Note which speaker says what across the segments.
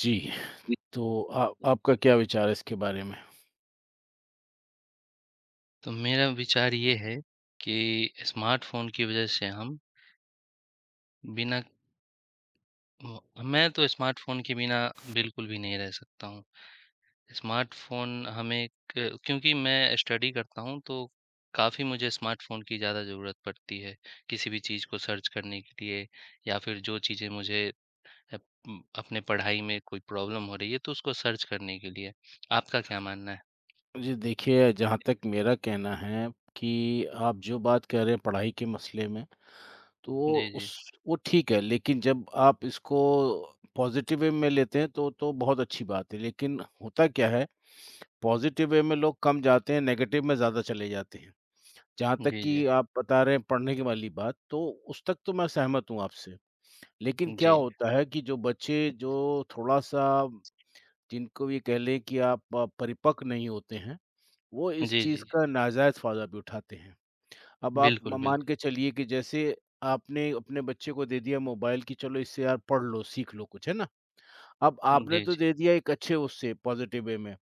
Speaker 1: जी, तो आ आपका क्या विचार है इसके बारे में?
Speaker 2: तो मेरा विचार ये है कि स्मार्टफ़ोन की वज़ह से हम बिना म मैं तो स्मार्टफ़ोन के बिना बिल्कुल भी नहीं रह सकता हूँ। स्मार्टफ़ोन हमें क क्योंकि मैं स्टडी करता हूँ तो काफ़ी मुझे स्मार्टफ़ोन की ज़्यादा ज़रूरत पड़ती है, किसी भी चीज़ को सर्च करने के लिए या फिर जो चीज़ें मुझे अप अपने पढ़ाई में कोई प्रॉब्लम हो रही है तो उसको सर्च करने के लिए। आपका क्या मानना है?
Speaker 1: जी देखिए, जहाँ तक मेरा कहना है कि आप जो बात कह रहे हैं पढ़ाई के मसले में, तो
Speaker 2: जी, जी।
Speaker 1: वो ठीक है, लेकिन जब आप इसको पॉज़िटिव वे में लेते हैं तो बहुत अच्छी बात है। लेकिन होता क्या है, पॉज़िटिव वे में लोग कम जाते हैं, नेगेटिव में ज़्यादा चले जाते हैं। जहाँ तक
Speaker 2: जी, जी।
Speaker 1: कि आप बता रहे हैं पढ़ने की वाली बात, तो उस तक तो मैं सहमत हूँ आपसे। लेकिन क्या
Speaker 2: जी।
Speaker 1: होता है कि जो बच्चे जो थोड़ा-सा जिनको ये कह लें कि आप परिपक्व नहीं होते हैं, वो
Speaker 2: जी,
Speaker 1: इस
Speaker 2: जी।
Speaker 1: चीज़
Speaker 2: जी,
Speaker 1: का नाजायज़ फ़ायदा भी उठाते हैं। अब आप
Speaker 2: बिल्कुल,
Speaker 1: म मान
Speaker 2: बिल्कुल।
Speaker 1: के चलिए कि जैसे आपने अपने बच्चे को दे दिया मोबाइल कि चलो इससे यार पढ़ लो, सीख लो कुछ, है ना? अब आपने
Speaker 2: जी,
Speaker 1: तो
Speaker 2: जी।
Speaker 1: दे दिया एक अच्छे उससे पॉज़िटिव वे में,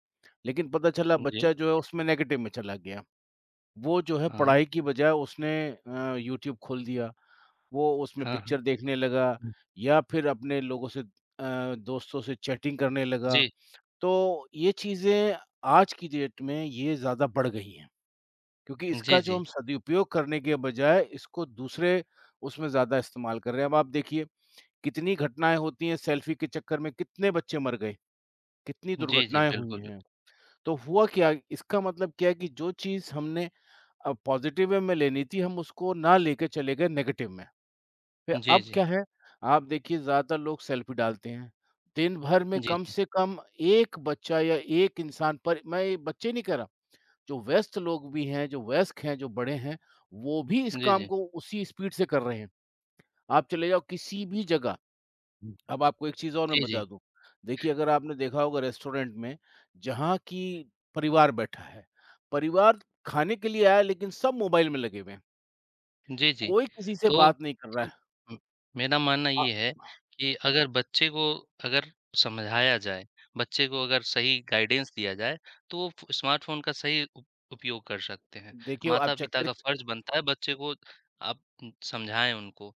Speaker 1: लेकिन पता चला
Speaker 2: जी,
Speaker 1: बच्चा जो है उसमें नेगेटिव में चला गया। वो जो है
Speaker 2: हाँ,
Speaker 1: पढ़ाई की बजाय उसने यूट्यूब खोल दिया, वो उसमें
Speaker 2: हाँ, हाँ।
Speaker 1: पिक्चर देखने लगा
Speaker 2: हम्म।
Speaker 1: या फिर अपने लोगों से दोस्तों से चैटिंग करने लगा।
Speaker 2: जी,
Speaker 1: तो ये चीज़ें आज की डेट में ये ज़्यादा बढ़ गई हैं, क्योंकि
Speaker 2: जी,
Speaker 1: इसका जो
Speaker 2: जी।
Speaker 1: हम सदुपयोग करने के बजाय इसको दूसरे उसमें ज़्यादा इस्तेमाल कर रहे हैं। अब आप देखिए कितनी घटनाएँ होती हैं सेल्फ़ी के चक्कर में, कितने बच्चे मर गए, कितनी
Speaker 2: जी, जी,
Speaker 1: दुर्घटनाएँ हुई
Speaker 2: बिल्कुल,
Speaker 1: हैं।
Speaker 2: बिल्कुल।
Speaker 1: तो हुआ क्या, इसका मतलब क्या है कि जो चीज़ हमने पॉज़िटिव वे में लेनी थी, हम उसको ना लेके चले गए नेगेटिव में। फिर
Speaker 2: जी,
Speaker 1: अब
Speaker 2: जी।
Speaker 1: क्या है, आप देखिए ज़्यादातर लोग सेल्फ़ी डालते हैं। दिन भर में
Speaker 2: जी,
Speaker 1: कम
Speaker 2: जी।
Speaker 1: से कम 1 बच्चा या 1 इंसान, पर मैं ये बच्चे नहीं कह रहा, जो व्यस्त लोग भी हैं, जो वयस्क हैं, जो बड़े हैं, वो भी इस
Speaker 2: जी,
Speaker 1: काम
Speaker 2: जी।
Speaker 1: को उसी स्पीड से कर रहे हैं। आप चले जाओ किसी भी जगह। अब आपको एक चीज़ और मैं
Speaker 2: जी, जी।
Speaker 1: बता दूँ, देखिए अगर आपने देखा होगा रेस्टोरेंट में जहाँ कि परिवार बैठा है, परिवार खाने के लिए आया लेकिन सब मोबाइल में लगे हुए हैं।
Speaker 2: जी, जी।
Speaker 1: कोई किसी से
Speaker 2: तो
Speaker 1: बात नहीं कर रहा
Speaker 2: तो
Speaker 1: है।
Speaker 2: हुँ, मेरा मानना
Speaker 1: अ,
Speaker 2: ये है कि अगर बच्चे को अगर समझाया जाए, बच्चे को अगर सही गाइडेंस दिया जाए, तो वो फ़ स्मार्टफ़ोन का सही उप उपयोग कर सकते हैं।
Speaker 1: देखिए आप चेक
Speaker 2: माता-पिता
Speaker 1: कर
Speaker 2: का फ़र्ज़ बनता है बच्चे को आप समझाएँ उनको,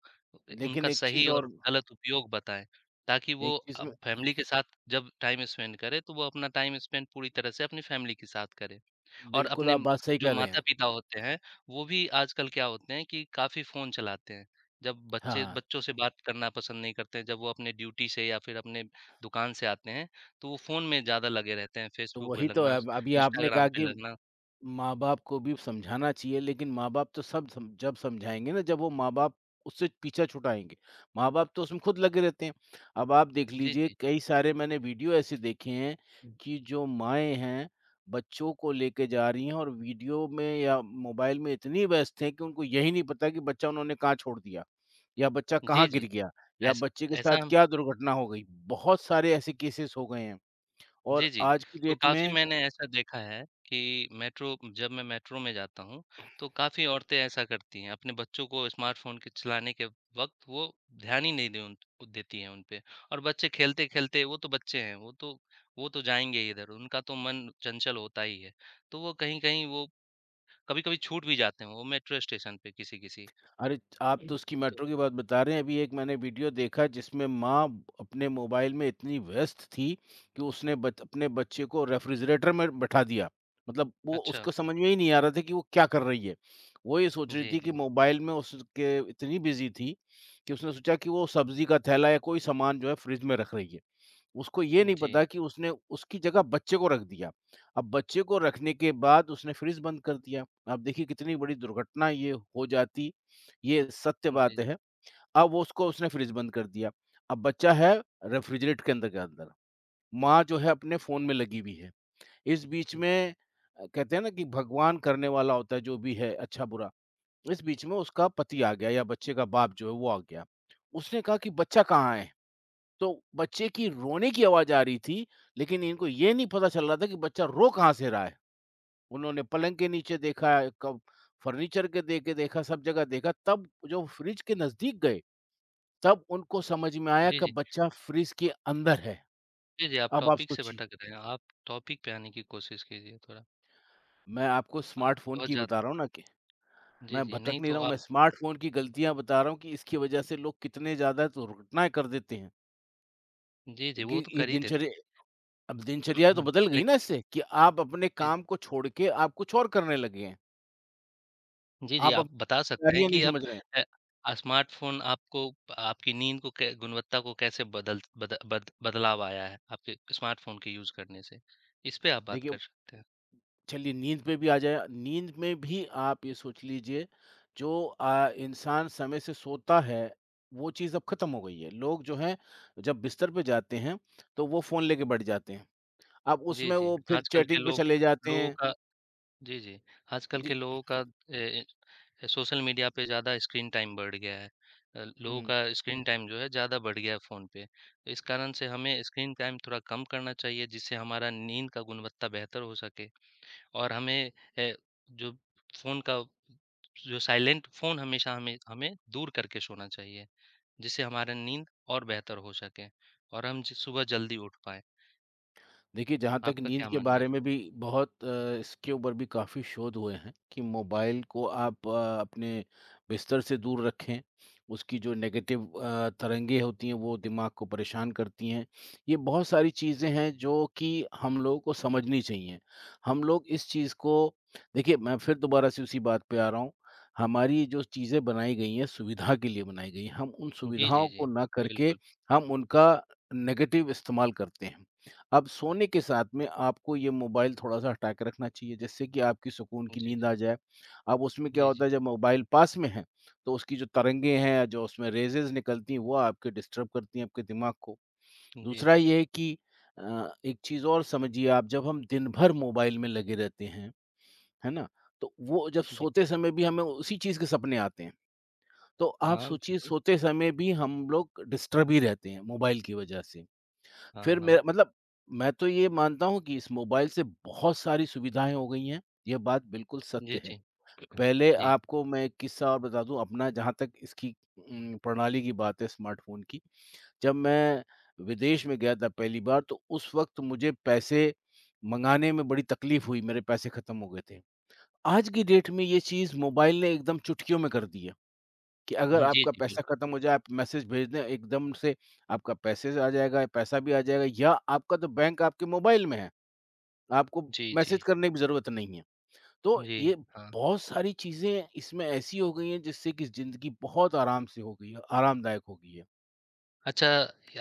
Speaker 2: ए उनका
Speaker 1: लेकिन एक
Speaker 2: सही
Speaker 1: चीज़
Speaker 2: और
Speaker 1: और
Speaker 2: गलत उपयोग बताएँ, ताकि वो
Speaker 1: एक चीज़ में
Speaker 2: अब फैमिली के साथ जब टाइम स्पेंड करे, तो वो अपना टाइम स्पेंड पूरी तरह से अपनी फैमिली के साथ करे। और
Speaker 1: बिल्कुल
Speaker 2: अपने
Speaker 1: आप
Speaker 2: म-
Speaker 1: बात सही
Speaker 2: जो
Speaker 1: कर रहे हैं।
Speaker 2: माता-पिता होते हैं, वो भी आजकल क्या होते हैं कि काफ़ी फ़ोन चलाते हैं। जब बच्चे
Speaker 1: हाँ,
Speaker 2: बच्चों से बात करना पसंद नहीं करते हैं, जब वो अपने ड्यूटी से या फिर अपने दुकान से आते हैं, तो वो फ़ोन में ज़्यादा लगे रहते हैं,
Speaker 1: तो
Speaker 2: फ़ेसबुक पे
Speaker 1: वही तो
Speaker 2: लगना,
Speaker 1: है। अब अभी आपने
Speaker 2: इंस्टाग्राम
Speaker 1: कहा
Speaker 2: पे
Speaker 1: कि
Speaker 2: लगना।
Speaker 1: माँ-बाप को भी समझाना चाहिए, लेकिन माँ-बाप तो सब सम जब समझाएँगे ना, जब वो माँ-बाप उससे पीछा छुड़ाएँगे। माँ-बाप तो उसमें खुद लगे रहते हैं। अब आप देख
Speaker 2: जी,
Speaker 1: लीजिए,
Speaker 2: जी।
Speaker 1: कई सारे मैंने वीडियो ऐसे देखे हैं कि जो माएँ हैं, बच्चों को लेके जा रही हैं और वीडियो में या मोबाइल में इतनी व्यस्त हैं कि उनको यही नहीं पता कि बच्चा उन्होंने कहाँ छोड़ दिया या बच्चा
Speaker 2: जी,
Speaker 1: कहाँ
Speaker 2: जी।
Speaker 1: गिर गया या
Speaker 2: ऐस
Speaker 1: बच्चे के
Speaker 2: ऐसा
Speaker 1: साथ
Speaker 2: हम।
Speaker 1: क्या दुर्घटना हो गई। बहुत सारे ऐसे केसेस हो गए हैं।
Speaker 2: जी,
Speaker 1: और
Speaker 2: जी।
Speaker 1: आज की
Speaker 2: तो
Speaker 1: डेट
Speaker 2: काफ़ी
Speaker 1: में—
Speaker 2: मैंने ऐसा देखा है कि मेट्रो जब मैं मेट्रो में जाता हूँ, तो काफ़ी औरतें ऐसा करती हैं। अपने बच्चों को स्मार्टफ़ोन के चलाने के वक़्त वो ध्यान ही नहीं दे उन देती हैं उन पे और बच्चे खेलते-खेलते वो तो बच्चे हैं, वो तो जाएँगे ही इधर, उनका तो मन चंचल होता ही है। तो वो कहीं-कहीं वो कभी-कभी छूट भी जाते हैं वो मेट्रो स्टेशन पे किसी-किसी।
Speaker 1: अरे! आप तो उसकी
Speaker 2: तो
Speaker 1: मेट्रो की बात बता रहे हैं, अभी एक मैंने वीडियो देखा जिसमें माँ अपने मोबाइल में इतनी व्यस्त थी कि उसने बच अपने बच्चे को रेफ्रिजरेटर में बैठा दिया। मतलब वो,
Speaker 2: अच्छा।
Speaker 1: उसको समझ में ही नहीं आ रहा था कि वो क्या कर रही है। वो ये सोच रही
Speaker 2: जी,
Speaker 1: थी
Speaker 2: जी।
Speaker 1: कि मोबाइल में उसके इतनी बिज़ी थी कि उसने सोचा कि वो सब्ज़ी का थैला या कोई सामान जो है फ्रिज में रख रही है। उसको ये नहीं पता
Speaker 2: जी।
Speaker 1: कि उसने उसकी जगह बच्चे को रख दिया। अब बच्चे को रखने के बाद उसने फ्रिज बंद कर दिया। आप देखिए कितनी बड़ी दुर्घटना ये हो जाती, ये सत्य
Speaker 2: जी, जी।
Speaker 1: बात है। अब वो, उसको उसने फ्रिज बंद कर दिया। अब बच्चा है रेफ्रिजरेट के अंदर। माँ जो है अपने फ़ोन में लगी हुई है। इस बीच में कहते हैं ना कि भगवान करने वाला होता है जो भी है अच्छा-बुरा। इस बीच में उसका पति आ गया या बच्चे का बाप जो है वो आ गया। उसने कहा कि बच्चा कहाँ है? तो बच्चे की रोने की आवाज़ आ रही थी, लेकिन इनको ये नहीं पता चल रहा था कि बच्चा रो कहाँ से रहा है। उन्होंने पलंग के नीचे देखा, कब फर्नीचर के दे के देखा, सब जगह देखा, तब जो फ्रिज के नज़दीक गए, तब उनको समझ में आया
Speaker 2: जी,
Speaker 1: कि
Speaker 2: जी।
Speaker 1: बच्चा फ्रिज के अंदर है।
Speaker 2: जी, जी, आप
Speaker 1: अब आप
Speaker 2: टॉपिक से
Speaker 1: सोचिए,
Speaker 2: भटक रहे हैं, आप टॉपिक पे आने की कोशिश कीजिए थोड़ा,
Speaker 1: मैं आपको
Speaker 2: आप
Speaker 1: स्मार्टफ़ोन
Speaker 2: बहुत
Speaker 1: की
Speaker 2: ज़्यादा।
Speaker 1: बता रहा हूँ ना कि
Speaker 2: जी,
Speaker 1: मैं
Speaker 2: जी,
Speaker 1: भटक
Speaker 2: नहीं
Speaker 1: नहीं
Speaker 2: तो
Speaker 1: रहा हूँ,
Speaker 2: आप।
Speaker 1: मैं स्मार्टफ़ोन की गलतियाँ बता रहा हूँ कि इसकी वज़ह से लोग कितने ज़्यादा दुर्घटनाएँ कर देते हैं।
Speaker 2: जी, जी,
Speaker 1: कि
Speaker 2: वो तो
Speaker 1: इस
Speaker 2: कर ही देते
Speaker 1: दिनचर्या
Speaker 2: हैं।
Speaker 1: अब दिनचर्या तो बदल गई ना इससे, कि आप अपने
Speaker 2: लेकिन,
Speaker 1: काम को छोड़ के आप कुछ और करने लगे हैं।
Speaker 2: जी, जी,
Speaker 1: आप
Speaker 2: आप
Speaker 1: अपनी
Speaker 2: बता सकते हैं
Speaker 1: कार्य नहीं
Speaker 2: कि आप
Speaker 1: समझ रहे हैं।
Speaker 2: अ, स्मार्टफ़ोन आपको आपकी नींद को कै गुणवत्ता को कैसे बदल बद बद बदलाव आया है, आपके स्मार्टफ़ोन के यूज़ करने से? इस पे आप बात
Speaker 1: देखिए,
Speaker 2: कर सकते हैं।
Speaker 1: चलिए नींद पे भी आ जाए। नींद में भी आप ये सोच लीजिए, जो इंसान समय से सोता है, वो चीज़ अब खत्म हो गई है। लोग जो हैं जब बिस्तर पे जाते हैं, तो वो फ़ोन लेके बैठ जाते हैं। अब
Speaker 2: जी,
Speaker 1: उसमें
Speaker 2: जी,
Speaker 1: वो फिर
Speaker 2: आजकल के
Speaker 1: चैटिंग पे
Speaker 2: लोग
Speaker 1: चले जाते
Speaker 2: लोगों
Speaker 1: हैं।
Speaker 2: का। जी, जी, आजकल के
Speaker 1: जी।
Speaker 2: लोगों का ए सोशल मीडिया पे ज़्यादा स्क्रीन टाइम बढ़ गया है। लोगों
Speaker 1: हुँ।
Speaker 2: का स्क्रीन टाइम जो है ज़्यादा बढ़ गया है फ़ोन पे। तो इस कारण से हमें स्क्रीन टाइम थोड़ा कम करना चाहिए जिससे हमारा नींद का गुणवत्ता बेहतर हो सके और हमें अ, जो फ़ोन का जो साइलेंट फ़ोन हमेशा हमें हमें दूर करके सोना चाहिए, जिससे हमारा नींद और बेहतर हो सके और हम ज सुबह जल्दी उठ पाएँ।
Speaker 1: देखिए, जहाँ तक
Speaker 2: आपका
Speaker 1: नींद
Speaker 2: क्या
Speaker 1: के
Speaker 2: मानना है
Speaker 1: बारे
Speaker 2: इस
Speaker 1: में
Speaker 2: पर?
Speaker 1: भी बहुत इसके ऊपर भी काफ़ी शोध हुए हैं कि मोबाइल को आप अपने बिस्तर से दूर रखें। उसकी जो नेगेटिव तरंगें होती हैं, वो दिमाग को परेशान करती हैं। ये बहुत सारी चीज़ें हैं जो कि हम लोगों को समझनी चाहिए। हम लोग इस चीज़ को देखिए, मैं फिर दोबारा से उसी बात पे आ रहा हूँ। हमारी जो चीज़ें बनाई गई हैं, सुविधा के लिए बनाई गई हैं। हम उन
Speaker 2: जी, जी,
Speaker 1: सुविधाओं
Speaker 2: जी।
Speaker 1: को ना करके,
Speaker 2: बिल्कुल।
Speaker 1: हम उनका नेगेटिव इस्तेमाल करते हैं। अब सोने के साथ में आपको ये मोबाइल थोड़ा-सा हटा के रखना चाहिए, जिससे कि आपकी सुकून की
Speaker 2: जी,
Speaker 1: नींद
Speaker 2: जी।
Speaker 1: आ जाए। अब उसमें क्या
Speaker 2: जी,
Speaker 1: होता
Speaker 2: जी।
Speaker 1: है, जब मोबाइल पास में है, तो उसकी जो तरंगे हैं, जो उसमें रेज़ेज़ निकलती हैं, वो आपके डिस्टर्ब करती हैं, आपके दिमाग को।
Speaker 2: जी,
Speaker 1: दूसरा
Speaker 2: जी।
Speaker 1: ये है कि एक चीज़ और समझिए आप, जब हम दिन भर मोबाइल में लगे रहते हैं, है ना? तो वो जब
Speaker 2: जी।
Speaker 1: सोते समय भी हमें उसी चीज़ के सपने आते हैं। तो आप
Speaker 2: हाँ,
Speaker 1: सोचिए
Speaker 2: बिल्कुल।
Speaker 1: सोते समय भी हम लोग डिस्टर्ब ही रहते हैं मोबाइल की वजह से।
Speaker 2: हाँ,
Speaker 1: फिर
Speaker 2: हाँ।
Speaker 1: मेरा मतलब, मैं तो ये मानता हूँ कि इस मोबाइल से बहुत सारी सुविधाएँ हो गई हैं, ये बात बिल्कुल
Speaker 2: जी,
Speaker 1: सत्य है।
Speaker 2: जी।
Speaker 1: पहले
Speaker 2: जी।
Speaker 1: आपको मैं एक किस्सा और बता दूँ अपना, जहाँ तक इसकी प्रणाली की बात है स्मार्टफ़ोन की। जब मैं विदेश में गया था पहली बार, तो उस वक़्त मुझे पैसे मँगाने में बड़ी तकलीफ़ हुई, मेरे पैसे ख़त्म हो गए थे। आज की डेट में ये चीज़ मोबाइल ने एकदम चुटकियों में कर दी है। कि अगर
Speaker 2: जी,
Speaker 1: आपका
Speaker 2: जी,
Speaker 1: पैसा
Speaker 2: बिल्कुल।
Speaker 1: खत्म हो जाए, आप मैसेज भेज दें, एकदम से आपका पैसेज आ जाएगा, पैसा भी आ जाएगा, या आपका तो बैंक आपके मोबाइल में है, आपको
Speaker 2: जी, जी।
Speaker 1: मैसेज करने की ज़रूरत नहीं है। तो
Speaker 2: जी,
Speaker 1: ये
Speaker 2: हाँ।
Speaker 1: बहुत सारी चीज़ें इसमें ऐसी हो गई हैं जिससे कि ज़िंदगी बहुत आराम से हो गई है, आरामदायक हो गई है।
Speaker 2: अच्छा,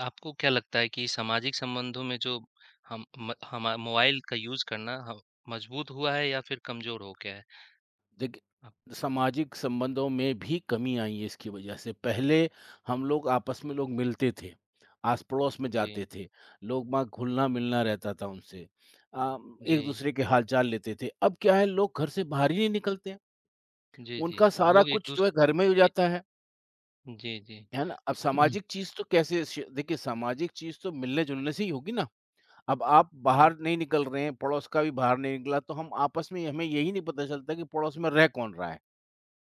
Speaker 2: आपको क्या लगता है कि सामाजिक संबंधों में जो हम म हमा मोबाइल का यूज़ करना ह मजबूत हुआ है या फिर कमज़ोर हो गया है? आप।
Speaker 1: देखिए, सामाजिक संबंधों में भी कमी आई है इसकी वजह से। पहले हम लोग आपस में, लोग मिलते थे, आस पड़ोस में
Speaker 2: जी,
Speaker 1: जाते थे, लोग, वहाँ घुलना मिलना रहता था उनसे,
Speaker 2: जी।
Speaker 1: एक दूसरे के हालचाल लेते थे। अब क्या है, लोग घर से बाहर ही नहीं निकलते हैं।
Speaker 2: जी, जी।
Speaker 1: उनका सारा
Speaker 2: लोग एक
Speaker 1: कुछ जो
Speaker 2: दूस
Speaker 1: है घर में ही हो
Speaker 2: ए
Speaker 1: जाता है
Speaker 2: जी, जी।
Speaker 1: है ना? अब सामाजिक चीज तो कैसे देखिए, सामाजिक चीज तो मिलने जुलने से ही होगी ना। अब आप
Speaker 2: हाँ,
Speaker 1: बाहर नहीं निकल रहे हैं, पड़ोस का भी बाहर नहीं निकला, तो हम आपस में हमें यही नहीं पता चलता कि पड़ोस में रह कौन रहा है।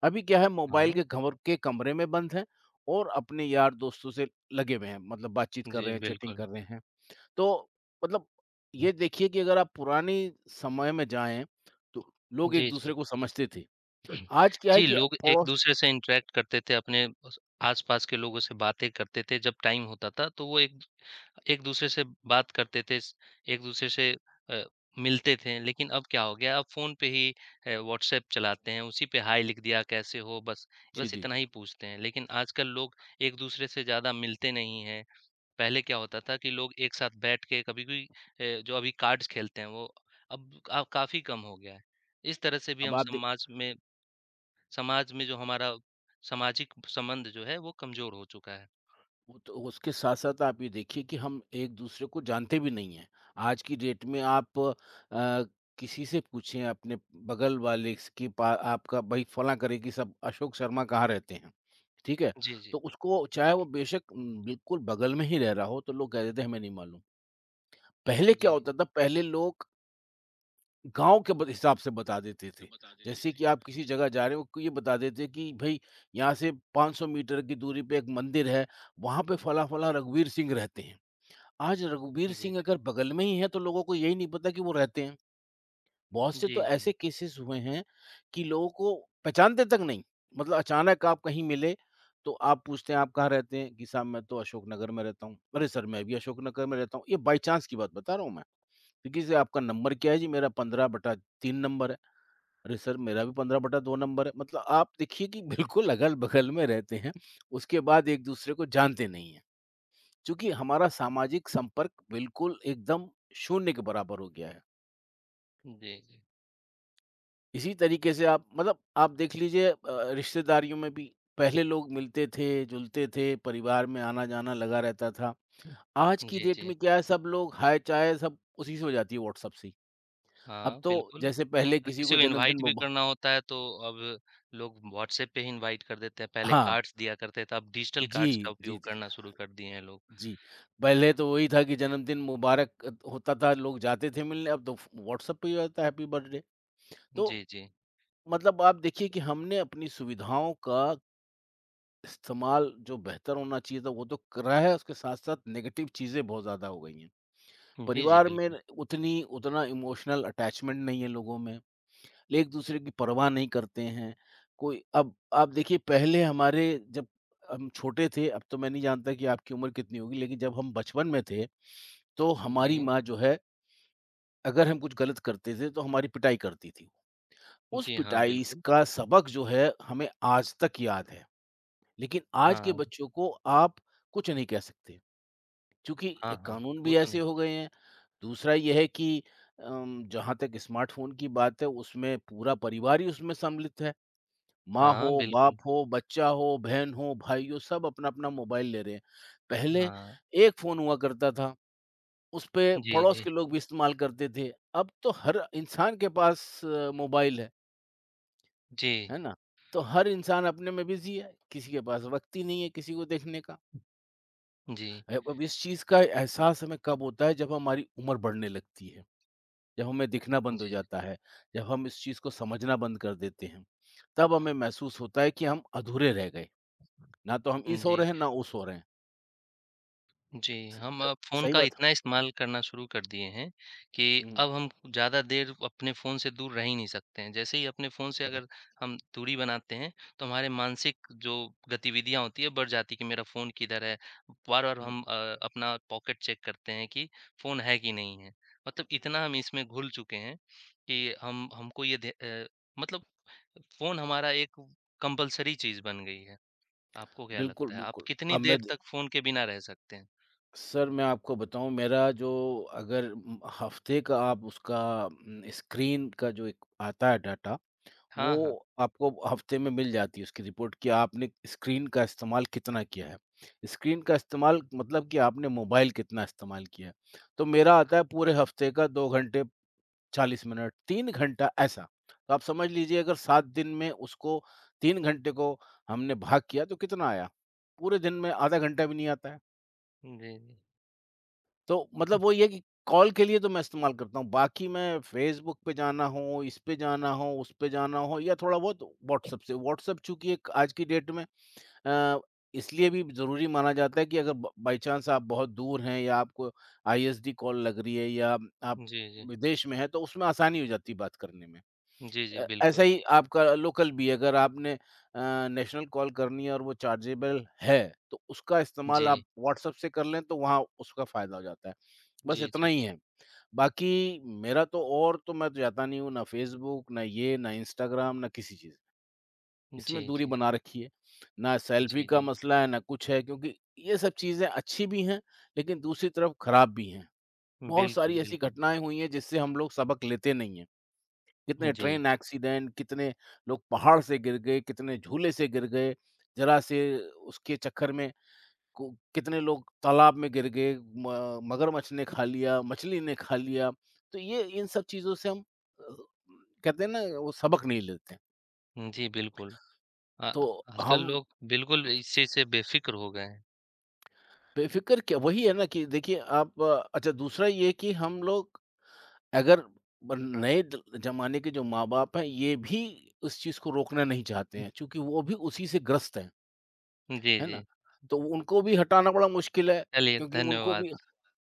Speaker 1: अभी क्या है, मोबाइल
Speaker 2: हाँ।
Speaker 1: के घंवर के कमरे में बंद हैं और अपने यार दोस्तों से लगे हुए हैं, मतलब बातचीत कर
Speaker 2: जी,
Speaker 1: रहे हैं, चैटिंग
Speaker 2: बिल्कुल।
Speaker 1: कर रहे हैं। तो मतलब, ये देखिए कि अगर आप पुराने समय में जाएँ, तो लोग
Speaker 2: जी,
Speaker 1: एक-दूसरे
Speaker 2: जी।
Speaker 1: को समझते थे। आज क्या है
Speaker 2: जी,
Speaker 1: कि
Speaker 2: लोग
Speaker 1: पड़ोस
Speaker 2: एक-दूसरे से इंटरैक्ट करते थे, अपने उस आस-पास के लोगों से बातें करते थे, जब टाइम होता था, तो वो एक एक दूसरे से बात करते थे, स एक दूसरे से अ, मिलते थे, लेकिन अब क्या हो गया, अब फ़ोन पे ही व्हाट्सएप चलाते हैं, उसी पे हाय लिख दिया, कैसे हो? बस।
Speaker 1: जी,
Speaker 2: बस
Speaker 1: जी,
Speaker 2: इतना
Speaker 1: जी।
Speaker 2: ही पूछते हैं। लेकिन आजकल लोग एक दूसरे से ज़्यादा मिलते नहीं हैं। पहले क्या होता था कि लोग एक साथ बैठ के कभी भी जो अभी कार्ड्स खेलते हैं, वो अब का काफ़ी कम हो गया है। इस तरह से भी
Speaker 1: अब
Speaker 2: हम
Speaker 1: आप दे
Speaker 2: समाज में जो हमारा सामाजिक संबंध जो है, वो कमज़ोर हो चुका है।
Speaker 1: वो तो उसके साथ साथ आप ये देखिए कि हम एक दूसरे को जानते भी नहीं हैं। आज की डेट में आप किसी से पूछें अपने बगल वाले स कि पा आपका भाई फलाँ करेगी सब, अशोक शर्मा कहाँ रहते हैं? ठीक है?
Speaker 2: जी, जी।
Speaker 1: तो उसको चाहे वो बेशक बिल्कुल बगल में ही रह रहा हो, तो लोग कह देते हैं हमें नहीं मालूम। पहले क्या
Speaker 2: जी।
Speaker 1: होता था, पहले लोग गाँव के ब हिसाब से बता देते थे। जैसे कि आप किसी जगह जा रहे हो, को ये बता देते कि भई यहाँ से 500 मीटर की दूरी पे एक मंदिर है, वहाँ पे फला-फला रघुवीर सिंह रहते हैं। आज रघुवीर
Speaker 2: जी,
Speaker 1: सिंह
Speaker 2: जी।
Speaker 1: अगर बगल में ही है, तो लोगों को यही नहीं पता कि वो रहते हैं। बहुत से
Speaker 2: जी,
Speaker 1: तो
Speaker 2: जी।
Speaker 1: ऐसे केसेज़ हुए हैं कि लोगों को पहचानते तक नहीं। मतलब अचानक आप कहीं मिले, तो आप पूछते हैं, "आप कहाँ रहते हैं?" कि, "साहब मैं तो अशोकनगर में रहता हूँ।" "अरे सर, मैं भी अशोकनगर में रहता हूँ।" ये बाई चांस की बात बता रहा हूँ मैं। तो किसी से, "आपका नंबर क्या है?" "जी, मेरा 15/3 नंबर है।" अरे सर, मेरा भी 15/2 नंबर है। मतलब आप देखिए कि बिल्कुल अगल-बगल में रहते हैं, उसके बाद एक-दूसरे को जानते नहीं हैं। चूँकि हमारा सामाजिक संपर्क बिल्कुल एकदम शून्य के बराबर हो गया है।
Speaker 2: जी, जी।
Speaker 1: इसी तरीके से आप मतलब आप देख लीजिए रिश्तेदारियों में भी पहले लोग मिलते थे, जुलते थे, परिवार में आना-जाना लगा रहता था। आज
Speaker 2: हुँ।
Speaker 1: की
Speaker 2: जी,
Speaker 1: डेट
Speaker 2: जी।
Speaker 1: में क्या है, सब लोग हाय-चाय सब उसी से हो जाती है, व्हाट्सएप से ही। अब
Speaker 2: हाँ,
Speaker 1: तो
Speaker 2: बिल्कुल
Speaker 1: जैसे पहले
Speaker 2: और
Speaker 1: किसी
Speaker 2: किसी
Speaker 1: को
Speaker 2: को
Speaker 1: जन्मदिन
Speaker 2: इनवाइट भी
Speaker 1: मुबा
Speaker 2: करना होता है तो अब लोग व्हाट्सएप पे ही इनवाइट कर देते हैं, पहले
Speaker 1: हाँ।
Speaker 2: कार्ड्स दिया करते थे, अब डिजिटल कार्ड्स का
Speaker 1: जी, जी,
Speaker 2: उपयोग
Speaker 1: जी।
Speaker 2: करना शुरू कर दिए हैं लोग।
Speaker 1: जी, पहले तो वही था कि जन्मदिन मुबारक होता था, लोग जाते थे मिलने, अब तो फ़ व्हाट्सएप पे ही हो जाता है हैप्पी बर्थडे। तो
Speaker 2: जी, जी।
Speaker 1: मतलब आप देखिए कि हमने अपनी सुविधाओं का इस्तेमाल जो बेहतर होना चाहिए था, वो तो करा है, उसके साथ-साथ नेगेटिव चीज़ें बहुत ज़्यादा हो गई हैं।
Speaker 2: जी, जी,
Speaker 1: परिवार में
Speaker 2: बिल्कुल।
Speaker 1: उतनी उतना इमोशनल अटैचमेंट नहीं है लोगों में, एक-दूसरे की परवाह नहीं करते हैं, कोई अब आप देखिए पहले हमारे जब हम छोटे थे, अब तो मैं नहीं जानता कि आपकी उम्र कितनी होगी, लेकिन जब हम बचपन में थे तो हमारी
Speaker 2: जी।
Speaker 1: माँ जो है, अगर हम कुछ गलत करते थे, तो हमारी पिटाई करती थी। उस
Speaker 2: जी, हाँ,
Speaker 1: पिटाई स
Speaker 2: बिल्कुल।
Speaker 1: का सबक जो है, हमें आज तक याद है। लेकिन आज के
Speaker 2: हाँ,
Speaker 1: बच्चों को आप कुछ नहीं कह सकते, क्योंकि
Speaker 2: हाँ,
Speaker 1: एक
Speaker 2: हाँ।
Speaker 1: कानून
Speaker 2: वो
Speaker 1: भी
Speaker 2: तो
Speaker 1: ऐसे
Speaker 2: नहीं।
Speaker 1: हो गए हैं। दूसरा ये है कि जहाँ तक स्मार्टफ़ोन की बात है, उसमें पूरा परिवार ही उसमें सम्मिलित है। माँ
Speaker 2: हाँ,
Speaker 1: हो, बाप
Speaker 2: बिल्कुल।
Speaker 1: हो, बच्चा हो, बहन हो, भाई हो, सब अपना-अपना मोबाइल ले रहे हैं। पहले
Speaker 2: हाँ।
Speaker 1: एक फ़ोन हुआ करता था। उसपे
Speaker 2: जी,
Speaker 1: पड़ोस
Speaker 2: जी।
Speaker 1: के लोग भी इस्तेमाल करते थे। अब तो हर इंसान के पास मोबाइल
Speaker 2: जी।
Speaker 1: है ना? तो हर इंसान अपने में बिज़ी है, किसी के पास वक़्त ही नहीं है किसी को देखने का।
Speaker 2: जी।
Speaker 1: अब इस चीज़ का एहसास हमें कब होता है जब हमारी उम्र बढ़ने लगती है, जब हमें दिखना बंद हो
Speaker 2: जी, जी।
Speaker 1: जाता है, जब हम इस चीज़ को समझना बंद कर देते हैं। तब हमें महसूस होता है कि हम अधूरे रह गए, ना तो हम
Speaker 2: हुँ,
Speaker 1: इस हो
Speaker 2: जी।
Speaker 1: रहे हैं, ना उस हो रहे हैं।
Speaker 2: जी,
Speaker 1: स
Speaker 2: हम
Speaker 1: ह
Speaker 2: अब फ़ोन
Speaker 1: सही
Speaker 2: का
Speaker 1: बात है।
Speaker 2: इतना इस्तेमाल करना शुरू कर दिए हैं कि
Speaker 1: हुँ,
Speaker 2: अब हम ज़्यादा देर अपने फ़ोन से दूर रह ही नहीं सकते हैं। जैसे ही अपने फ़ोन से अगर हम दूरी बनाते हैं, तो हमारे मानसिक जो गतिविधियाँ होती हैं बढ़ जाती हैं कि मेरा फ़ोन किधर है? बार-बार
Speaker 1: हुँ।
Speaker 2: हम अपना पॉकेट चेक करते हैं कि फ़ोन है कि नहीं है? मतलब इतना हम इसमें घुल चुके हैं कि हम हमको ये मतलब फ़ोन हमारा एक कंपल्सरी चीज़ बन गई है। आपको क्या
Speaker 1: बिल्कुल,
Speaker 2: लगता है? आप
Speaker 1: बिल्कुल।
Speaker 2: कितनी
Speaker 1: अब
Speaker 2: देर
Speaker 1: मैं
Speaker 2: तक फ़ोन के बिना रह सकते हैं?
Speaker 1: सर, मैं आपको बताऊँ, मेरा जो अगर हफ़्ते का आप उसका स्क्रीन का जो एक आता है डाटा,
Speaker 2: हाँ, हाँ।
Speaker 1: वो आपको हफ़्ते में मिल जाती है उसकी रिपोर्ट कि आपने स्क्रीन का इस्तेमाल कितना किया है। स्क्रीन का इस्तेमाल मतलब कि आपने मोबाइल कितना इस्तेमाल किया है। तो मेरा आता है पूरे हफ़्ते का 2 घंटे 40 मिनट, 3 घंटा ऐसा। तो आप समझ लीजिए अगर 7 दिन में उसको 3 घंटे को हमने भाग किया तो कितना आया? पूरे दिन में आधा घंटा भी नहीं आता है।
Speaker 2: जी, जी।
Speaker 1: तो मतलब वही है कि कॉल के लिए तो मैं इस्तेमाल करता हूँ। बाकी मैं, फ़ेसबुक पे जाना हो, इस पे जाना हो, उस पे जाना हो, या थोड़ा बहुत व्हाट्सएप से, व्हाट्सएप चूँकि एक आज की डेट में अ, इसलिए भी ज़रूरी माना जाता है कि अगर ब बाई चांस आप बहुत दूर हैं, या आपको आईएसडी कॉल लग रही है, या आप
Speaker 2: जी, जी।
Speaker 1: विदेश में हैं, तो उसमें आसानी हो जाती है बात करने में।
Speaker 2: जी, जी,
Speaker 1: ऐसा
Speaker 2: बिल्कुल।
Speaker 1: ही आपका लोकल भी है, अगर आपने अ, नेशनल कॉल करनी है और वो चार्जेबल है, तो उसका
Speaker 2: जी।
Speaker 1: इस्तेमाल आप व्हाट्सएप से कर लें, तो वहाँ उसका फ़ायदा हो जाता है। बस
Speaker 2: जी,
Speaker 1: इतना
Speaker 2: जी,
Speaker 1: ही
Speaker 2: जी।
Speaker 1: है। बाकी मेरा तो, और तो मैं तो जाता नहीं हूँ, ना फ़ेसबुक, ना ये, ना इंस्टाग्राम, ना किसी चीज़। इसमें
Speaker 2: जी,
Speaker 1: दूरी
Speaker 2: जी।
Speaker 1: बना रखी है। ना सेल्फ़ी
Speaker 2: जी,
Speaker 1: का
Speaker 2: जी।
Speaker 1: मसला है, ना कुछ है, क्योंकि ये सब चीज़ें अच्छी भी हैं, लेकिन दूसरी तरफ खराब भी हैं। बहुत
Speaker 2: बिल्कुल,
Speaker 1: सारी ऐसी
Speaker 2: बिल्कुल।
Speaker 1: घटनाएँ हुई हैं, जिससे हम लोग सबक लेते नहीं हैं। कितने
Speaker 2: जी।
Speaker 1: ट्रेन एक्सीडेंट, कितने लोग पहाड़ से गिर गए, कितने झूले से गिर गए, ज़रा से उसके चक्कर में को कितने लोग तालाब में गिर गए, म मगरमच्छ ने खा लिया, मछली ने खा लिया। तो ये इन सब चीज़ों से हम कहते हैं ना, वो सबक नहीं लेते हैं।
Speaker 2: जी, बिल्कुल। अ,
Speaker 1: तो
Speaker 2: आजकल
Speaker 1: हम
Speaker 2: लोग बिल्कुल इस चीज़ से बेफ़िक्र हो गए हैं।
Speaker 1: बेफ़िक्र क्या? वही है ना कि देखिए आप, अच्छा दूसरा ये कि हम लोग, अगर ब नए द ज़माने के जो माँ-बाप हैं, ये भी उस चीज़ को रोकना नहीं चाहते हैं, चूँकि वो भी उसी से ग्रस्त हैं।
Speaker 2: जी,
Speaker 1: है ना?
Speaker 2: जी।
Speaker 1: तो उनको भी हटाना बड़ा मुश्किल है,
Speaker 2: चलिए
Speaker 1: क्योंकि उनको भी
Speaker 2: धन्यवाद।